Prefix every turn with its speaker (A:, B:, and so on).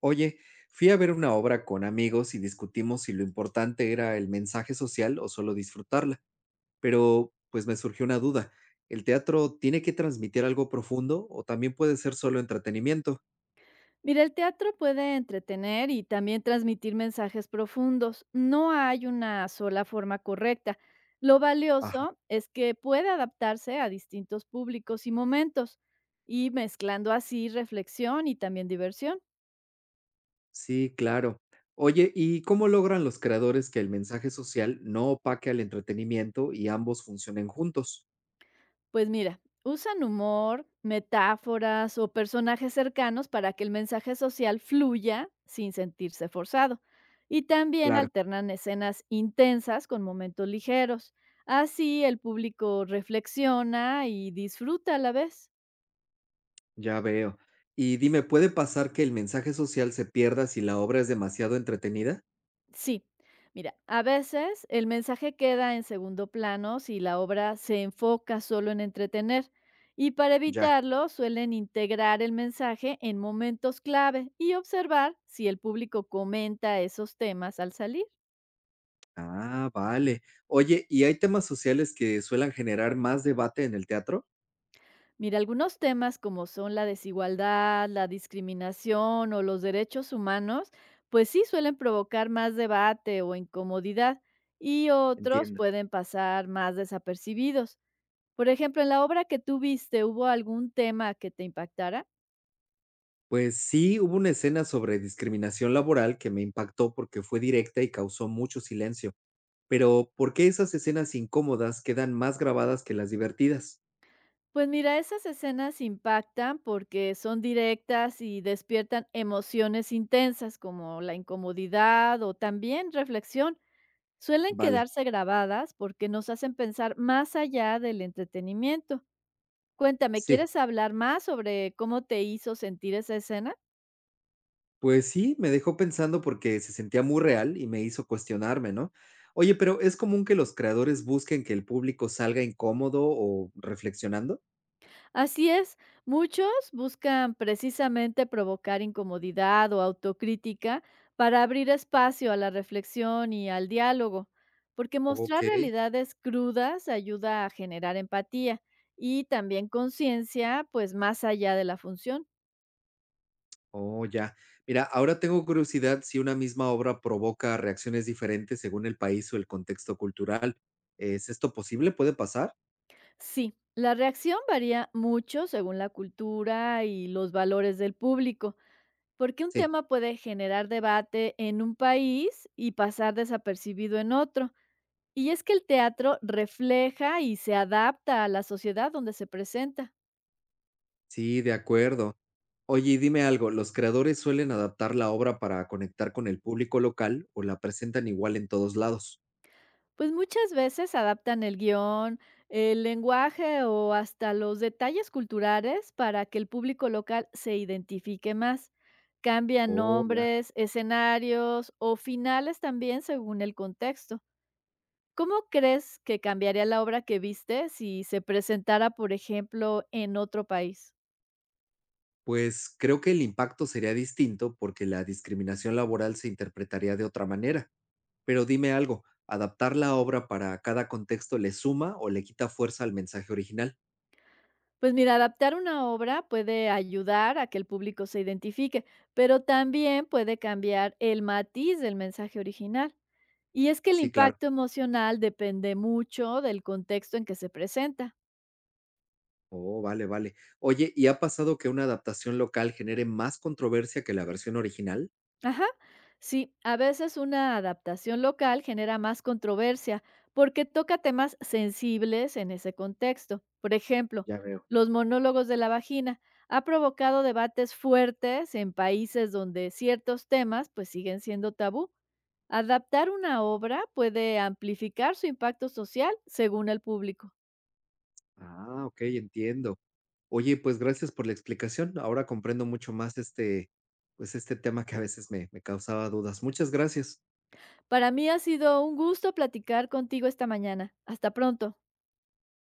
A: Oye, fui a ver una obra con amigos y discutimos si lo importante era el mensaje social o solo disfrutarla, pero pues me surgió una duda. ¿El teatro tiene que transmitir algo profundo o también puede ser solo entretenimiento?
B: Mira, el teatro puede entretener y también transmitir mensajes profundos. No hay una sola forma correcta. Lo
A: Ajá.
B: valioso es que puede adaptarse a distintos públicos y momentos, y mezclando así reflexión y también diversión.
A: Sí, claro. Oye, ¿y cómo logran los creadores que el mensaje social no opaque al entretenimiento y ambos funcionen juntos?
B: Pues mira, usan humor, metáforas o personajes cercanos para que el mensaje social fluya sin sentirse forzado. Y también
A: Claro,
B: alternan escenas intensas con momentos ligeros. Así el público reflexiona y disfruta a la vez.
A: ya veo. Y dime, ¿puede pasar que el mensaje social se pierda si la obra es demasiado entretenida?
B: Sí, mira, a veces el mensaje queda en segundo plano si la obra se enfoca solo en entretener y para
A: Ya.
B: evitarlo suelen integrar el mensaje en momentos clave y observar si el público comenta esos temas al salir.
A: Ah, vale. Oye, ¿y hay temas sociales que suelen generar más debate en el teatro?
B: Mira, algunos temas como son la desigualdad, la discriminación o los derechos humanos, pues sí suelen provocar más debate o incomodidad y otros
A: Entiendo.
B: pueden pasar más desapercibidos. Por ejemplo, en la obra que tú viste, ¿hubo algún tema que te impactara?
A: Pues sí, hubo una escena sobre discriminación laboral que me impactó porque fue directa y causó mucho silencio. Pero, ¿por qué esas escenas incómodas quedan más grabadas que las divertidas?
B: Pues mira, esas escenas impactan porque son directas y despiertan emociones intensas como la incomodidad o también reflexión. Suelen
A: Vale,
B: quedarse grabadas porque nos hacen pensar más allá del entretenimiento. Cuéntame,
A: sí.
B: ¿quieres hablar más sobre cómo te hizo sentir esa escena?
A: Pues sí, me dejó pensando porque se sentía muy real y me hizo cuestionarme, ¿no? Oye, pero ¿es común que los creadores busquen que el público salga incómodo o reflexionando?
B: Así es, muchos buscan precisamente provocar incomodidad o autocrítica para abrir espacio a la reflexión y al diálogo, porque
A: Ok.
B: mostrar realidades crudas ayuda a generar empatía y también conciencia, pues más allá de la función.
A: Oh, ya. Mira, ahora tengo curiosidad si una misma obra provoca reacciones diferentes según el país o el contexto cultural. ¿Es esto posible? ¿Puede pasar?
B: Sí, la reacción varía mucho según la cultura y los valores del público. Porque un
A: Sí.
B: tema puede generar debate en un país y pasar desapercibido en otro. Y es que el teatro refleja y se adapta a la sociedad donde se presenta.
A: Sí, de acuerdo. Oye, y dime algo, ¿los creadores suelen adaptar la obra para conectar con el público local o la presentan igual en todos lados?
B: Pues muchas veces adaptan el guión, el lenguaje o hasta los detalles culturales para que el público local se identifique más. Cambian
A: Oh, ya.
B: nombres, escenarios o finales también según el contexto. ¿Cómo crees que cambiaría la obra que viste si se presentara, por ejemplo, en otro país?
A: Pues creo que el impacto sería distinto porque la discriminación laboral se interpretaría de otra manera. Pero dime algo, ¿adaptar la obra para cada contexto le suma o le quita fuerza al mensaje original?
B: Pues mira, adaptar una obra puede ayudar a que el público se identifique, pero también puede cambiar el matiz del mensaje original. Y es que el
A: Sí, claro.
B: impacto emocional depende mucho del contexto en que se presenta.
A: Oh, vale, vale. Oye, ¿y ha pasado que una adaptación local genere más controversia que la versión original?
B: Ajá. Sí, a veces una adaptación local genera más controversia porque toca temas sensibles en ese contexto. Por ejemplo,
A: Ya veo.
B: los monólogos de la vagina ha provocado debates fuertes en países donde ciertos temas pues siguen siendo tabú. Adaptar una obra puede amplificar su impacto social según el público.
A: Ah, ok, entiendo. Oye, pues gracias por la explicación. Ahora comprendo mucho más este tema que a veces me causaba dudas. Muchas gracias.
B: Para mí ha sido un gusto platicar contigo esta mañana. Hasta pronto.